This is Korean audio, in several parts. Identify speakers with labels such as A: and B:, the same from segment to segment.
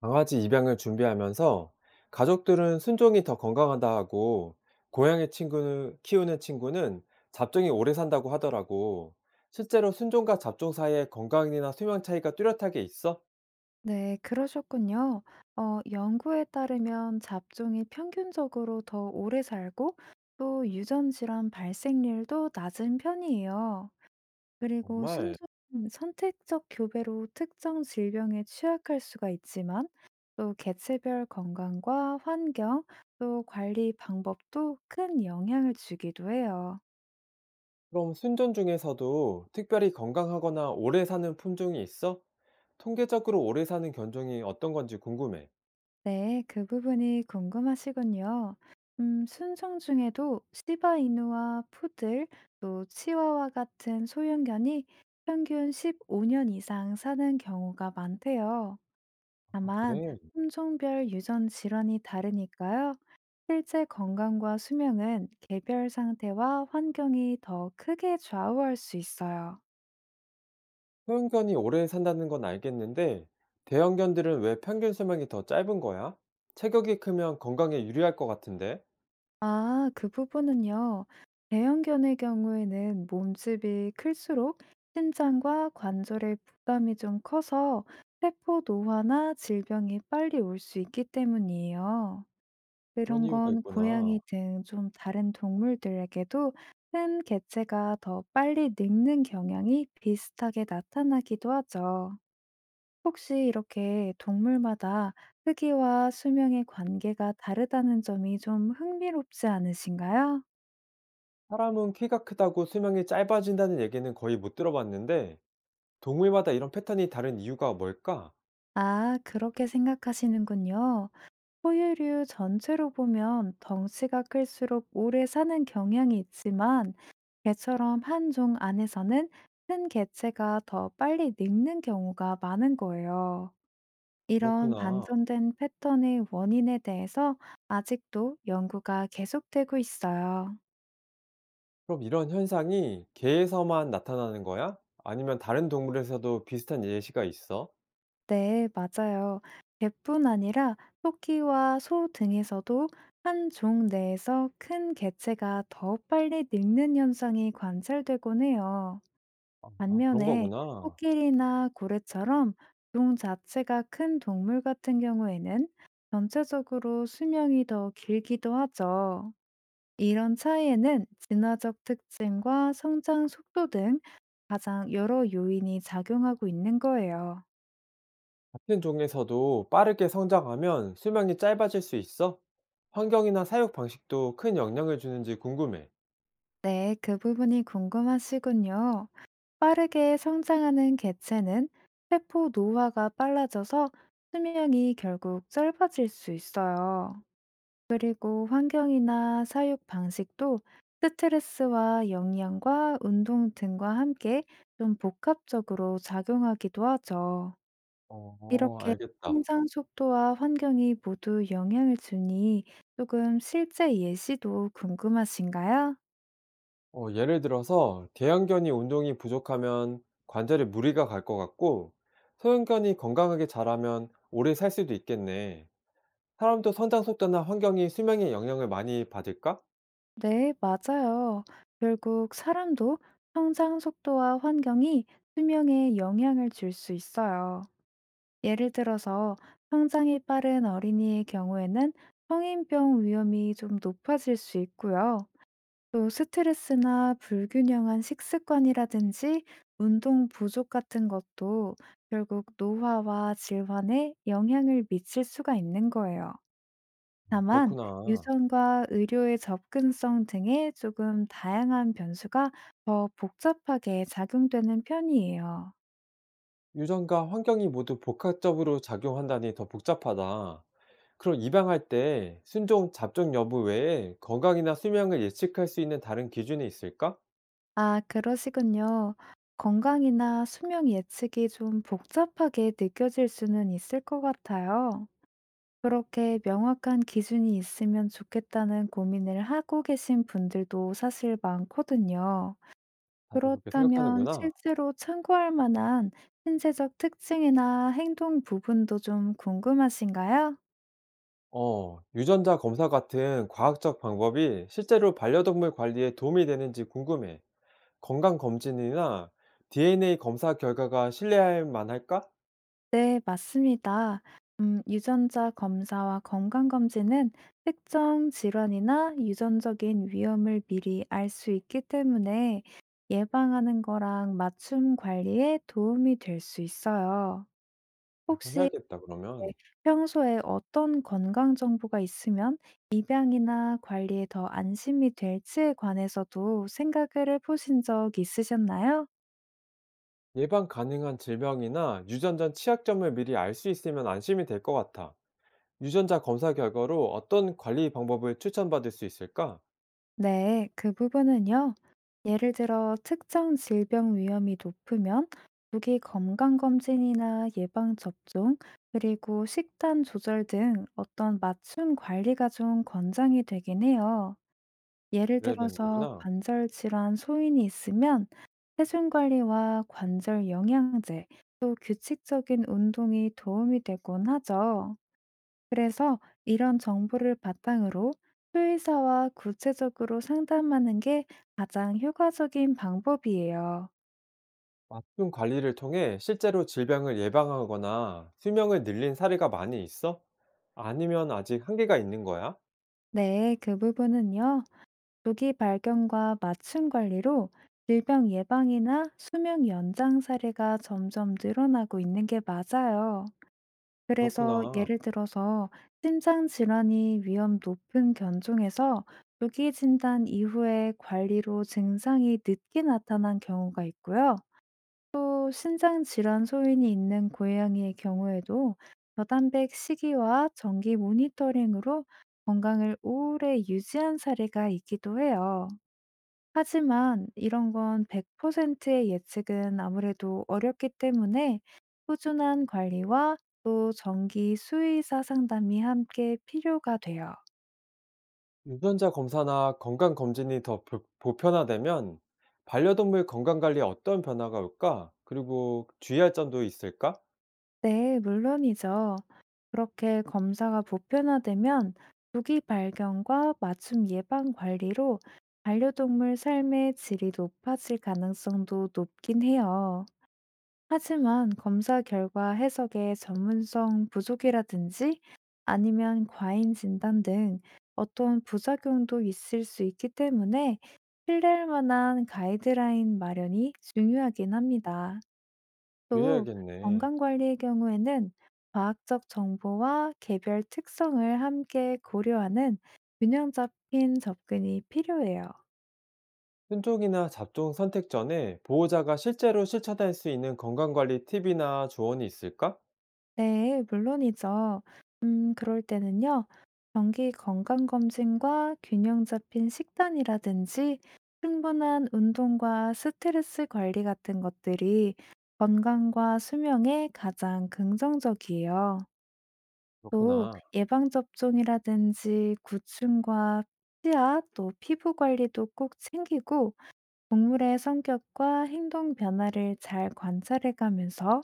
A: 강아지 입양을 준비하면서 가족들은 순종이 더 건강하다 하고 고양이 친구는 키우는 친구는 잡종이 오래 산다고 하더라고. 실제로 순종과 잡종 사이에 건강이나 수명 차이가 뚜렷하게 있어?
B: 네, 그러셨군요. 연구에 따르면 잡종이 평균적으로 더 오래 살고 또 유전 질환 발생률도 낮은 편이에요. 그리고
A: 정말?
B: 순종, 선택적 교배로 특정 질병에 취약할 수가 있지만 또 개체별 건강과 환경 또 관리 방법도 큰 영향을 주기도 해요.
A: 그럼 순종 중에서도 특별히 건강하거나 오래 사는 품종이 있어? 통계적으로 오래 사는 견종이 어떤 건지 궁금해.
B: 네, 그 부분이 궁금하시군요. 순종 중에도 시바이누와 푸들, 또 치와와 같은 소형견이 평균 15년 이상 사는 경우가 많대요.
A: 아,
B: 다만,
A: 그래?
B: 품종별 유전 질환이 다르니까요. 실제 건강과 수명은 개별 상태와 환경이 더 크게 좌우할 수 있어요.
A: 소형견이 오래 산다는 건 알겠는데, 대형견들은 왜 평균 수명이 더 짧은 거야? 체격이 크면 건강에 유리할 것 같은데?
B: 아, 그 부분은요. 대형견의 경우에는 몸집이 클수록 신장과 관절의 부담이 좀 커서 세포 노화나 질병이 빨리 올 수 있기 때문이에요.
A: 그런
B: 그런
A: 이유가
B: 건
A: 있구나.
B: 고양이 등 좀 다른 동물들에게도 큰 개체가 더 빨리 늙는 경향이 비슷하게 나타나기도 하죠. 혹시 이렇게 동물마다 크기와 수명의 관계가 다르다는 점이 좀 흥미롭지 않으신가요?
A: 사람은 키가 크다고 수명이 짧아진다는 얘기는 거의 못 들어봤는데, 동물마다 이런 패턴이 다른 이유가 뭘까?
B: 아, 그렇게 생각하시는군요. 포유류 전체로 보면 덩치가 클수록 오래 사는 경향이 있지만, 개처럼 한 종 안에서는 큰 개체가 더 빨리 늙는 경우가 많은 거예요. 이런
A: 그렇구나.
B: 반전된 패턴의 원인에 대해서 아직도 연구가 계속되고 있어요.
A: 그럼 이런 현상이 개에서만 나타나는 거야? 아니면 다른 동물에서도 비슷한 예시가 있어?
B: 네, 맞아요. 개뿐 아니라 토끼와 소 등에서도 한 종 내에서 큰 개체가 더 빨리 늙는 현상이 관찰되곤 해요.
A: 아, 그런
B: 반면에
A: 거구나.
B: 코끼리나 고래처럼 종 자체가 큰 동물 같은 경우에는 전체적으로 수명이 더 길기도 하죠. 이런 차이에는 진화적 특징과 성장 속도 등 가장 여러 요인이 작용하고 있는 거예요.
A: 같은 종에서도 빠르게 성장하면 수명이 짧아질 수 있어? 환경이나 사육 방식도 큰 영향을 주는지 궁금해.
B: 네, 그 부분이 궁금하시군요. 빠르게 성장하는 개체는 세포 노화가 빨라져서 수명이 결국 짧아질 수 있어요. 그리고 환경이나 사육 방식도 스트레스와 영양과 운동 등과 함께 좀 복합적으로 작용하기도 하죠.
A: 어,
B: 이렇게
A: 알겠다.
B: 성장 속도와 환경이 모두 영향을 주니 조금 실제 예시도 궁금하신가요?
A: 어, 예를 들어서 대형견이 운동이 부족하면 관절에 무리가 갈 것 같고 소형견이 건강하게 자라면 오래 살 수도 있겠네. 사람도 성장 속도나 환경이 수명에 영향을 많이 받을까?
B: 네, 맞아요. 결국 사람도 성장 속도와 환경이 수명에 영향을 줄 수 있어요. 예를 들어서 성장이 빠른 어린이의 경우에는 성인병 위험이 좀 높아질 수 있고요. 또 스트레스나 불균형한 식습관이라든지 운동 부족 같은 것도 결국 노화와 질환에 영향을 미칠 수가 있는 거예요. 다만
A: 그렇구나.
B: 유전과 의료의 접근성 등의 조금 다양한 변수가 더 복잡하게 작용되는 편이에요.
A: 유전과 환경이 모두 복합적으로 작용한다니 더 복잡하다. 그럼 입양할 때 순종 잡종 여부 외에 건강이나 수명을 예측할 수 있는 다른 기준이 있을까?
B: 아, 그러시군요. 건강이나 수명 예측이 좀 복잡하게 느껴질 수는 있을 것 같아요. 그렇게 명확한 기준이 있으면 좋겠다는 고민을 하고 계신 분들도 사실 많거든요.
A: 다들 그렇게
B: 그렇다면
A: 생각하는구나.
B: 실제로 참고할 만한 신체적 특징이나 행동 부분도 좀 궁금하신가요?
A: 어, 유전자 검사 같은 과학적 방법이 실제로 반려동물 관리에 도움이 되는지 궁금해. 건강검진이나 DNA 검사 결과가 신뢰할 만할까?
B: 네, 맞습니다. 유전자 검사와 건강검진은 특정 질환이나 유전적인 위험을 미리 알 수 있기 때문에 예방하는 거랑 맞춤 관리에 도움이 될 수 있어요.
A: 우선
B: 혹시
A: 해야겠다,
B: 네.
A: 그러면.
B: 평소에 어떤 건강 정보가 있으면 입양이나 관리에 더 안심이 될지에 관해서도 생각을 해 보신 적 있으셨나요?
A: 예방 가능한 질병이나 유전자 취약점을 미리 알 수 있으면 안심이 될 것 같아. 유전자 검사 결과로 어떤 관리 방법을 추천받을 수 있을까?
B: 네. 그 부분은요. 예를 들어 특정 질병 위험이 높으면 무기 건강 검진이나 예방 접종 그리고 식단 조절 등 어떤 맞춤 관리가 좀 권장이 되긴 해요. 예를
A: 그래야 되는
B: 들어서
A: 거구나.
B: 관절 질환 소인이 있으면 체중 관리와 관절 영양제, 또 규칙적인 운동이 도움이 되곤 하죠. 그래서 이런 정보를 바탕으로 수의사와 구체적으로 상담하는 게 가장 효과적인 방법이에요.
A: 맞춤 관리를 통해 실제로 질병을 예방하거나 수명을 늘린 사례가 많이 있어? 아니면 아직 한계가 있는 거야?
B: 네, 그 부분은요. 조기 발견과 맞춤 관리로 질병 예방이나 수명 연장 사례가 점점 늘어나고 있는 게 맞아요. 그래서
A: 그렇구나.
B: 예를 들어서 심장 질환이 위험 높은 견종에서 조기 진단 이후에 관리로 증상이 늦게 나타난 경우가 있고요. 또 신장 질환 소인이 있는 고양이의 경우에도 저단백 식이와 정기 모니터링으로 건강을 오래 유지한 사례가 있기도 해요. 하지만 이런 건 100%의 예측은 아무래도 어렵기 때문에 꾸준한 관리와 또 정기 수의사 상담이 함께 필요가 돼요.
A: 유전자 검사나 건강검진이 더 보편화되면 반려동물 건강관리에 어떤 변화가 올까? 그리고 주의할 점도 있을까?
B: 네, 물론이죠. 그렇게 검사가 보편화되면 조기 발견과 맞춤 예방 관리로 반려동물 삶의 질이 높아질 가능성도 높긴 해요. 하지만 검사 결과 해석의 전문성 부족이라든지 아니면 과잉 진단 등 어떤 부작용도 있을 수 있기 때문에 신뢰할 만한 가이드라인 마련이 중요하긴 합니다. 또
A: 주의해야겠네.
B: 건강관리의 경우에는 과학적 정보와 개별 특성을 함께 고려하는 균형 잡힌 접근이 필요해요.
A: 순종이나 잡종 선택 전에 보호자가 실제로 실천할 수 있는 건강관리 팁이나 조언이 있을까?
B: 네, 물론이죠. 그럴 때는요, 정기 건강검진과 균형 잡힌 식단이라든지 충분한 운동과 스트레스 관리 같은 것들이 건강과 수명에 가장 긍정적이에요. 또
A: 그렇구나.
B: 예방접종이라든지 구충과 치아 또 피부 관리도 꼭 챙기고 동물의 성격과 행동 변화를 잘 관찰해 가면서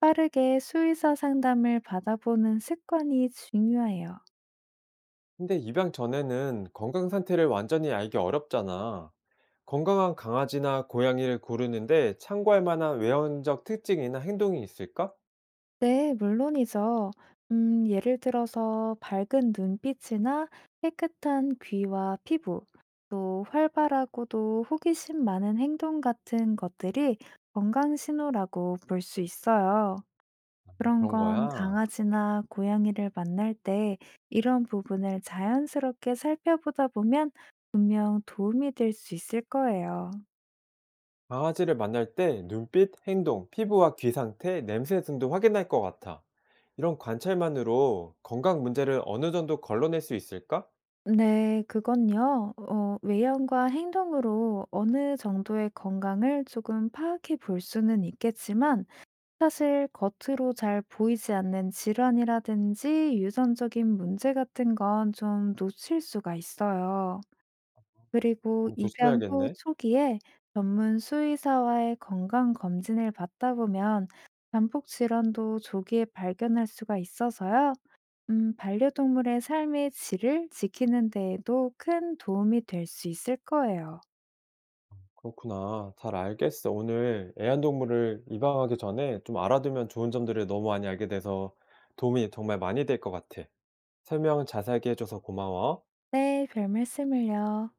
B: 빠르게 수의사 상담을 받아보는 습관이 중요해요.
A: 근데 입양 전에는 건강 상태를 완전히 알기 어렵잖아. 건강한 강아지나 고양이를 고르는데 참고할 만한 외형적 특징이나 행동이 있을까?
B: 네, 물론이죠. 예를 들어서 밝은 눈빛이나 깨끗한 귀와 피부, 또 활발하고도 호기심 많은 행동 같은 것들이 건강 신호라고 볼 수 있어요. 그런
A: 그런
B: 건
A: 거야.
B: 강아지나 고양이를 만날 때 이런 부분을 자연스럽게 살펴보다 보면 분명 도움이 될 수 있을 거예요.
A: 강아지를 만날 때 눈빛, 행동, 피부와 귀 상태, 냄새 등도 확인할 것 같아. 이런 관찰만으로 건강 문제를 어느 정도 걸러낼 수 있을까?
B: 네, 그건요. 외형과 행동으로 어느 정도의 건강을 조금 파악해 볼 수는 있겠지만, 사실 겉으로 잘 보이지 않는 질환이라든지 유전적인 문제 같은 건 좀 놓칠 수가 있어요. 그리고
A: 어,
B: 입양 후
A: 조심해야겠네.
B: 초기에 전문 수의사와의 건강 검진을 받다 보면 잠복 질환도 조기에 발견할 수가 있어서요. 반려동물의 삶의 질을 지키는 데에도 큰 도움이 될 수 있을 거예요.
A: 그렇구나. 잘 알겠어. 오늘 애완동물을 입양하기 전에 좀 알아두면 좋은 점들을 너무 많이 알게 돼서 도움이 정말 많이 될 것 같아. 설명 자세하게 해줘서 고마워.
B: 네, 별 말씀을요.